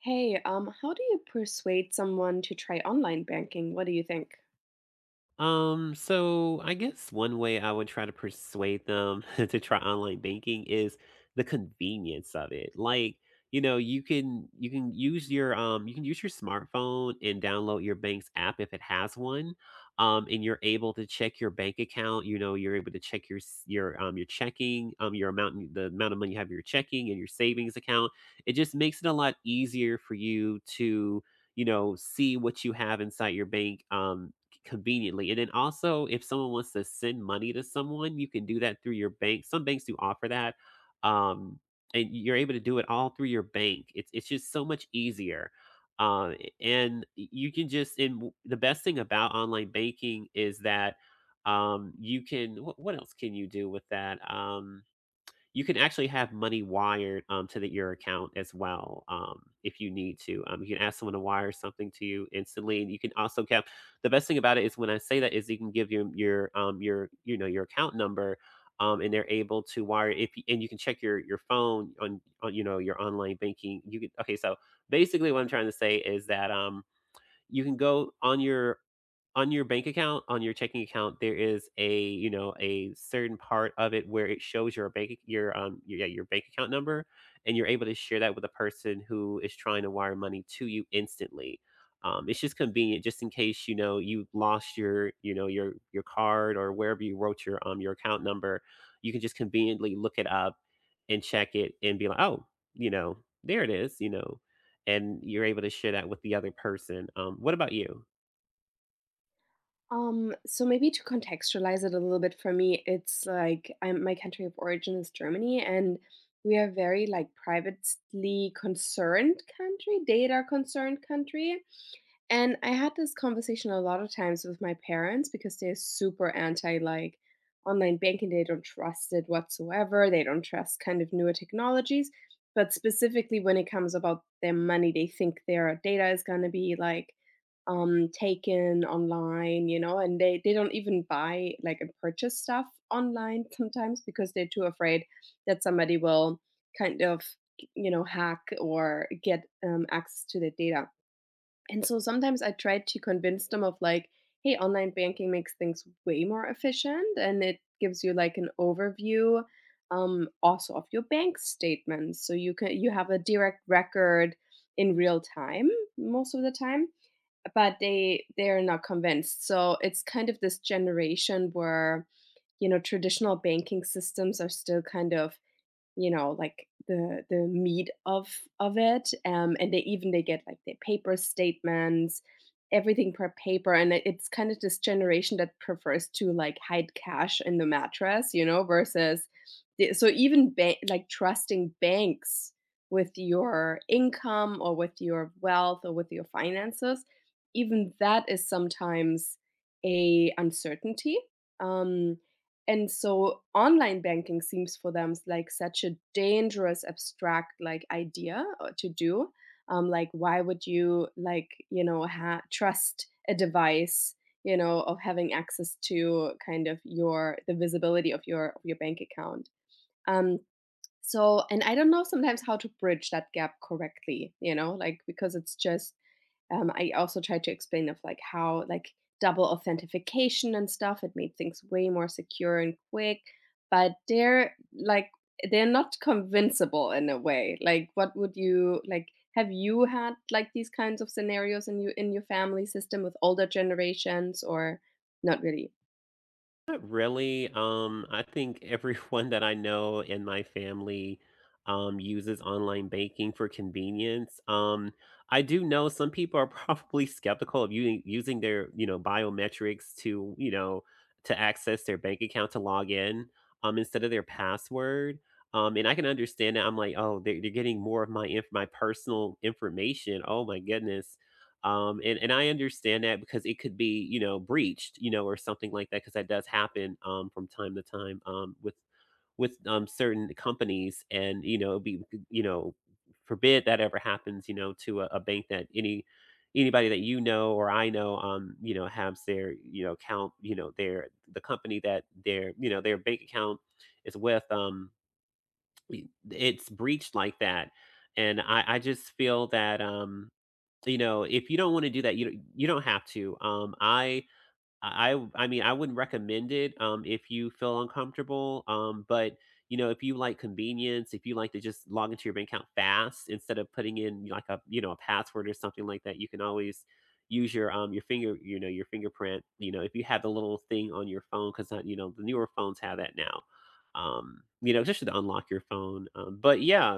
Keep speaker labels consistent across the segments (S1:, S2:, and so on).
S1: Hey, how do you persuade someone to try online banking? What do you think?
S2: So I guess one way I would try to persuade them to try online banking is the convenience of it. Like, you know, you can use your you can use your smartphone and download your bank's app if it has one. And you're able to check your bank account. You know, you're able to check your your checking your amount of money you have in your checking and your savings account. It just makes it a lot easier for you to, you know, see what you have inside your bank conveniently. And then also, if someone wants to send money to someone, you can do that through your bank. Some banks do offer that. Um, and you're able to do it all through your bank. It's just so much easier. And you can just the best thing about online banking is that you can what else can you do with that? You can actually have money wired, to the your account as well, if you need to. You can ask someone to wire something to you instantly, and you can also cap the best thing about it is when I say that is you can give your your account number, and they're able to wire if you and you can check your phone on your online banking. You can okay, so basically what I'm trying to say is that, you can go on your bank account, on your checking account, there is a, you know, a certain part of it where it shows your bank your, yeah, your bank account number and you're able to share that with a person who is trying to wire money to you instantly. It's just convenient just in case, you know, you lost your, you know, your card or wherever you wrote your account number, you can just conveniently look it up and check it and be like, "Oh, you know, there it is, you know." And you're able to share that with the other person. What about you?
S1: So maybe to contextualize it a little bit for me, it's like I'm my country of origin is Germany, and we are very like privately concerned country, data concerned country. And I had this conversation a lot of times with my parents because they're super anti like online banking. They don't trust it whatsoever. They don't trust kind of newer technologies. But specifically when it comes about their money, they think their data is gonna be like taken online, you know, and they don't even buy like and purchase stuff online sometimes because they're too afraid that somebody will kind of, you know, hack or get access to their data. And so sometimes I try to convince them of like, hey, online banking makes things way more efficient and it gives you like an overview, also of your bank statements. So you can you have a direct record in real time most of the time. But they're not convinced. So it's kind of this generation where, you know, traditional banking systems are still kind of, you know, like the meat of it, and they even they get like their paper statements, everything per paper. And it's kind of this generation that prefers to like hide cash in the mattress, you know, versus the, so even like trusting banks with your income or with your wealth or with your finances, even that is sometimes a uncertainty. um and so online banking seems for them like such a dangerous abstract like idea to do, like why would you like, you know, trust a device, you know, of having access to kind of your the visibility of your bank account. um so and I don't know sometimes how to bridge that gap correctly, you know, like because it's just, I also tried to explain of like how like double authentication and stuff, it made things way more secure and quick. But they're like they're not convincible in a way. Like what would you like, have you had like these kinds of scenarios in you in your family system with older generations or not really?
S2: Not really. I think everyone that I know in my family, uses online banking for convenience. I do know some people are probably skeptical of u using their, you know, biometrics to, you know, to access their bank account to log in, instead of their password, and I can understand that. I'm like, "Oh, they're getting more of my inf my personal information, oh my goodness." And I understand that because it could be, you know, breached, you know, or something like that because that does happen, from time to time, with with certain companies and, you know, you know, forbid that ever happens, you know, to a bank that anybody that you know or I know, you know, has their, you know, account, you know, the company that their, you know, their bank account is with, it's breached like that. And I just feel that, so, you know, if you don't wanna do that, you don't have to. I mean, I wouldn't recommend it, if you feel uncomfortable, but, you know, if you like convenience, if you like to just log into your bank account fast instead of putting in, like, a, you know, a password or something like that, you can always use your finger, you know, your fingerprint, you know, if you have the little thing on your phone because, you know, the newer phones have that now, you know, just to unlock your phone. But yeah,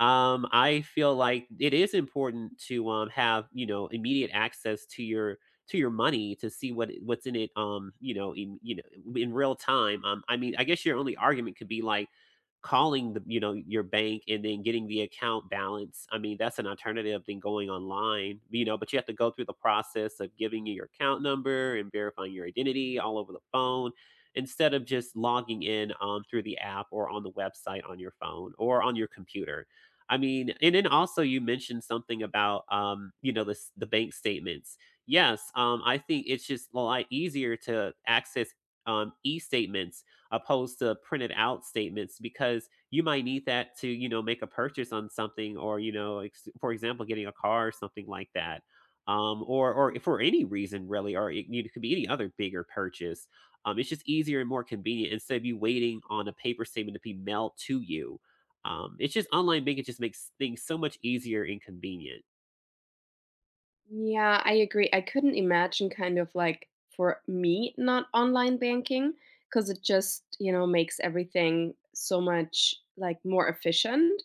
S2: I feel like it is important to, have, you know, immediate access to your money to see what's in it, you know, in, you know, in real time. I mean, I guess your only argument could be like calling the, you know, your bank and then getting the account balance. I mean, that's an alternative than going online, you know, but you have to go through the process of giving you your account number and verifying your identity all over the phone instead of just logging in, through the app or on the website on your phone or on your computer. I mean, and then also you mentioned something about, you know, this the bank statements. Yes, I think it's just a lot easier to access, e-statements opposed to printed out statements because you might need that to, you know, make a purchase on something or, you know, for example, getting a car or something like that. Or for any reason really, or it could be any other bigger purchase. It's just easier and more convenient instead of you waiting on a paper statement to be mailed to you. It's just online banking just makes things so much easier and convenient.
S1: Yeah, I agree. I couldn't imagine kind of like for me not online banking because it just, you know, makes everything so much like more efficient,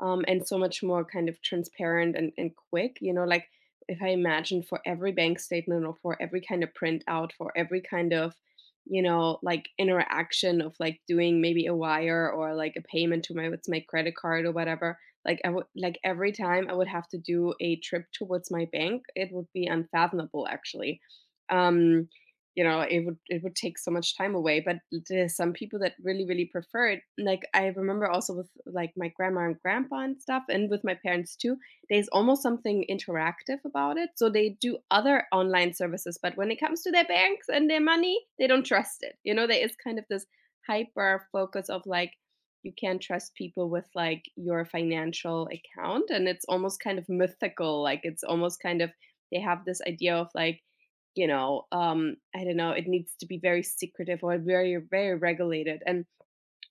S1: and so much more kind of transparent and quick. You know, like if I imagine for every bank statement or for every kind of printout, for every kind of, you know, like interaction of like doing maybe a wire or like a payment to my, with my credit card or whatever, like I would like every time I would have to do a trip towards my bank, it would be unfathomable actually. Um, you know, it would take so much time away. But there's some people that really, really prefer it. Like I remember also with like my grandma and grandpa and stuff, and with my parents too, there's almost something interactive about it. So they do other online services, but when it comes to their banks and their money, they don't trust it. You know, there is kind of this hyper focus of like you can't trust people with like your financial account and it's almost kind of mythical, like it's almost kind of they have this idea of like, you know, I don't know, it needs to be very secretive or very, very regulated. And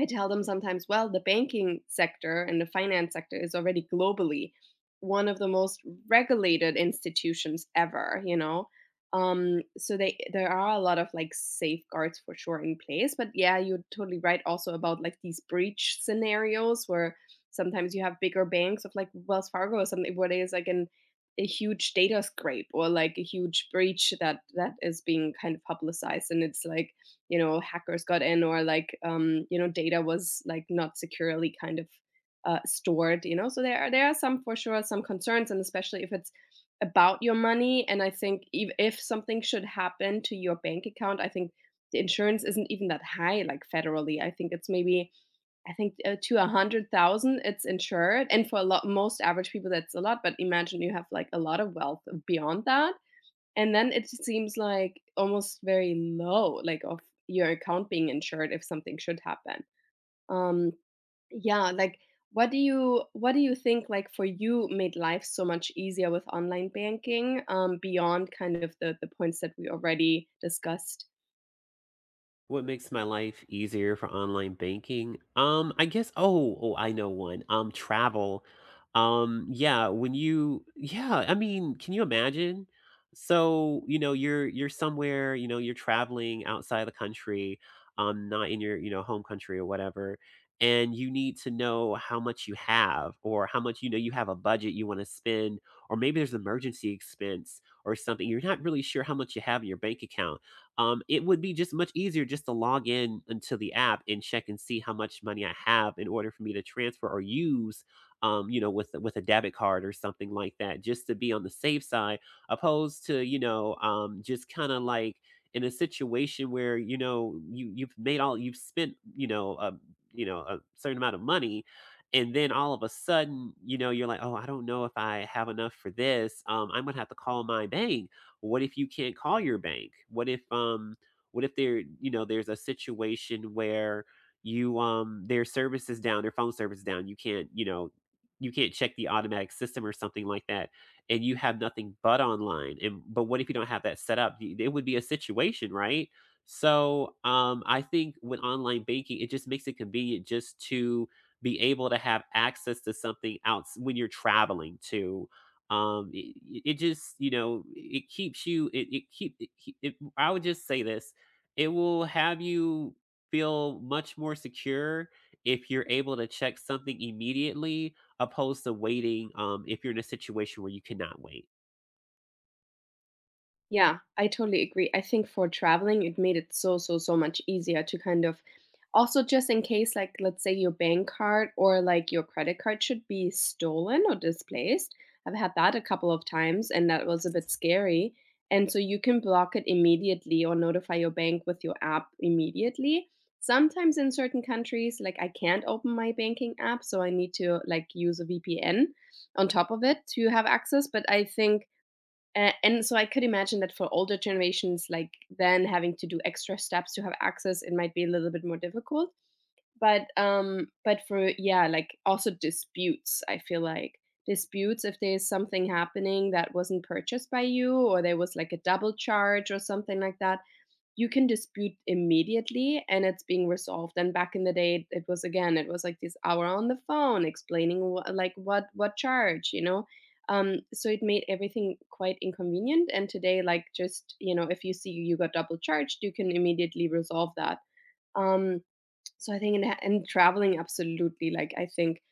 S1: I tell them sometimes, well, the banking sector and the finance sector is already globally one of the most regulated institutions ever, you know. So they there are a lot of like safeguards for sure in place. But yeah, you're totally right also about like these breach scenarios where sometimes you have bigger banks of like Wells Fargo or something where there's like an a huge data scrape or like a huge breach that is being kind of publicized and it's like, you know, hackers got in or like, you know, data was like not securely kind of, stored, you know. So there are some for sure some concerns, and especially if it's about your money. And I think if something should happen to your bank account, I think the insurance isn't even that high, like federally I think it's maybe, I think, to 100,000 it's insured. And for a lot most average people that's a lot, but imagine you have like a lot of wealth beyond that, and then it just seems like almost very low, like of your account being insured if something should happen. Um, yeah, like what do you think like for you made life so much easier with online banking, beyond kind of the points that we already discussed?
S2: What makes my life easier for online banking? I guess, oh, oh, I know one. Travel. Yeah, I mean, can you imagine? So, you know, you're somewhere, you know, you're traveling outside the country, not in your, you know, home country or whatever, and you need to know how much you have or how much, you know, you have a budget you want to spend, or maybe there's an emergency expense or something. You're not really sure how much you have in your bank account. It would be just much easier just to log in into the app and check and see how much money I have in order for me to transfer or use, you know, with, a debit card or something like that, just to be on the safe side, opposed to, you know, just kind of like in a situation where, you know, you've made all you've spent, you know, a, you know, a certain amount of money. And then all of a sudden, you know, you're like, oh, I don't know if I have enough for this. I'm gonna have to call my bank. What if you can't call your bank? What if there, you know, there's a situation where you their service is down, their phone service is down. You can't, you know, you can't check the automatic system or something like that and you have nothing but online. And but what if you don't have that set up? It would be a situation, right? So, I think with online banking, it just makes it convenient just to be able to have access to something else when you're traveling too. It, it just, you know, it keeps you, it keep it, keep- it I would just say this, it will have you feel much more secure if you're able to check something immediately opposed to waiting, if you're in a situation where you cannot wait.
S1: Yeah, I totally agree. I think for traveling, it made it so, so, so much easier to kind of also just in case, like, let's say your bank card or like your credit card should be stolen or displaced. I've had that a couple of times and that was a bit scary. And so you can block it immediately or notify your bank with your app immediately. Sometimes in certain countries, like I can't open my banking app, so I need to like use a VPN on top of it to have access. But I think a and so I could imagine that for older generations, like, then having to do extra steps to have access, it might be a little bit more difficult. But for yeah, like, also disputes, I feel like. Disputes if there's something happening that wasn't purchased by you or there was, like, a double charge or something like that, you can dispute immediately and it's being resolved. And back in the day it was again it was like this hour on the phone explaining like what charge, you know. So it made everything quite inconvenient. And today like just, you know, if you see you got double charged, you can immediately resolve that. um so I think in traveling, absolutely. Like I think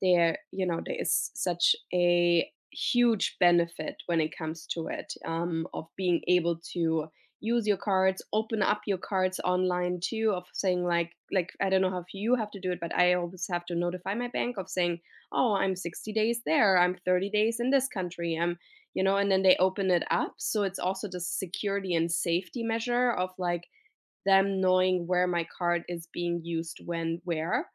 S1: there, you know, there is such a huge benefit when it comes to it, of being able to use your cards, open up your cards online too, of saying like I don't know how you have to do it, but I always have to notify my bank of saying, oh, I'm 60 days there, I'm 30 days in this country, I'm, you know, and then they open it up. So it's also the security and safety measure of like them knowing where my card is being used when where.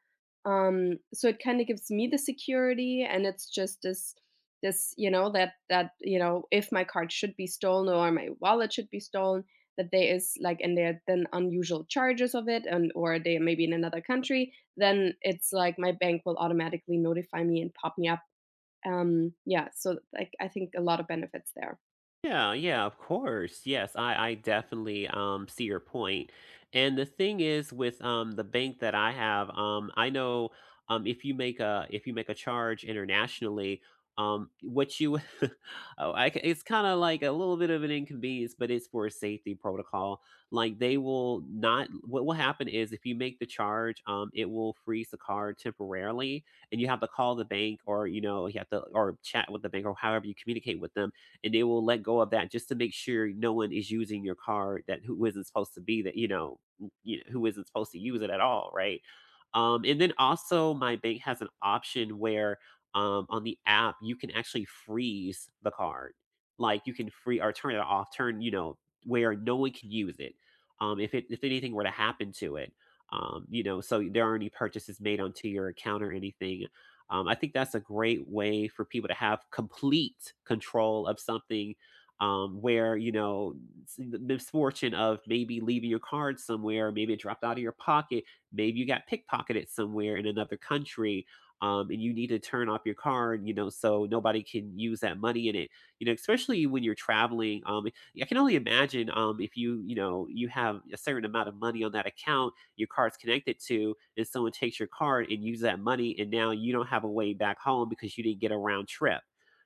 S1: So it kind of gives me the security, and it's just this you know that you know if my card should be stolen or my wallet should be stolen, that there is like, and there are then unusual charges of it, and or they may be in another country, then it's like my bank will automatically notify me and pop me up. Yeah, so like I think a lot of benefits there.
S2: Yeah, yeah, of course. Yes, I definitely see your point. And the thing is with the bank that I have, I know if you make a charge internationally, what you oh, it's kind of like a little bit of an inconvenience, but it's for a safety protocol. Like they will not what will happen is if you make the charge, it will freeze the card temporarily and you have to call the bank or, you know, you have to or chat with the bank or however you communicate with them and they will let go of that just to make sure no one is using your card that who isn't supposed to be that, you know, you know, who isn't supposed to use it at all, right? And then also my bank has an option where, on the app you can actually freeze the card, like you can free or turn it off, turn, you know, where no one can use it. If it, if anything were to happen to it, you know, so there aren't any purchases made onto your account or anything. I think that's a great way for people to have complete control of something, where, you know, the misfortune of maybe leaving your card somewhere, maybe it dropped out of your pocket, maybe you got pickpocketed somewhere in another country. And you need to turn off your card, you know, so nobody can use that money in it. You know, especially when you're traveling. I can only imagine, if you, you know, you have a certain amount of money on that account your card's connected to, and someone takes your card and uses that money, and now you don't have a way back home because you didn't get a round trip.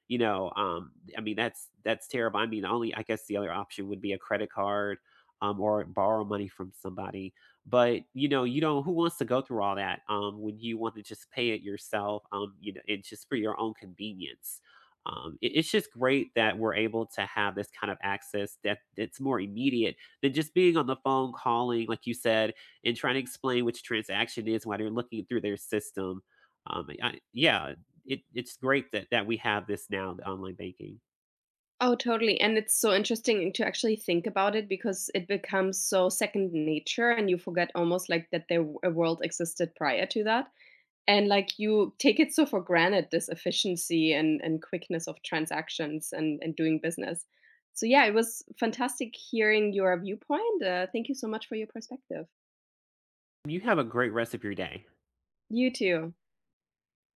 S2: You know, I mean that's terrible. I mean, only I guess the other option would be a credit card, or borrow money from somebody. But you know, you don't. Who wants to go through all that, when you want to just pay it yourself? You know, and just for your own convenience. It, it's just great that we're able to have this kind of access that it's more immediate than just being on the phone calling, like you said, and trying to explain which transaction is while they're looking through their system. Yeah, it's great that we have this now, the online banking.
S1: Oh, totally. And it's so interesting to actually think about it because it becomes so second nature and you forget almost like that there a world existed prior to that. And like you take it so for granted, this efficiency and quickness of transactions and doing business. So yeah, it was fantastic hearing your viewpoint. Thank you so much for your perspective.
S2: You have a great rest of your day.
S1: You too.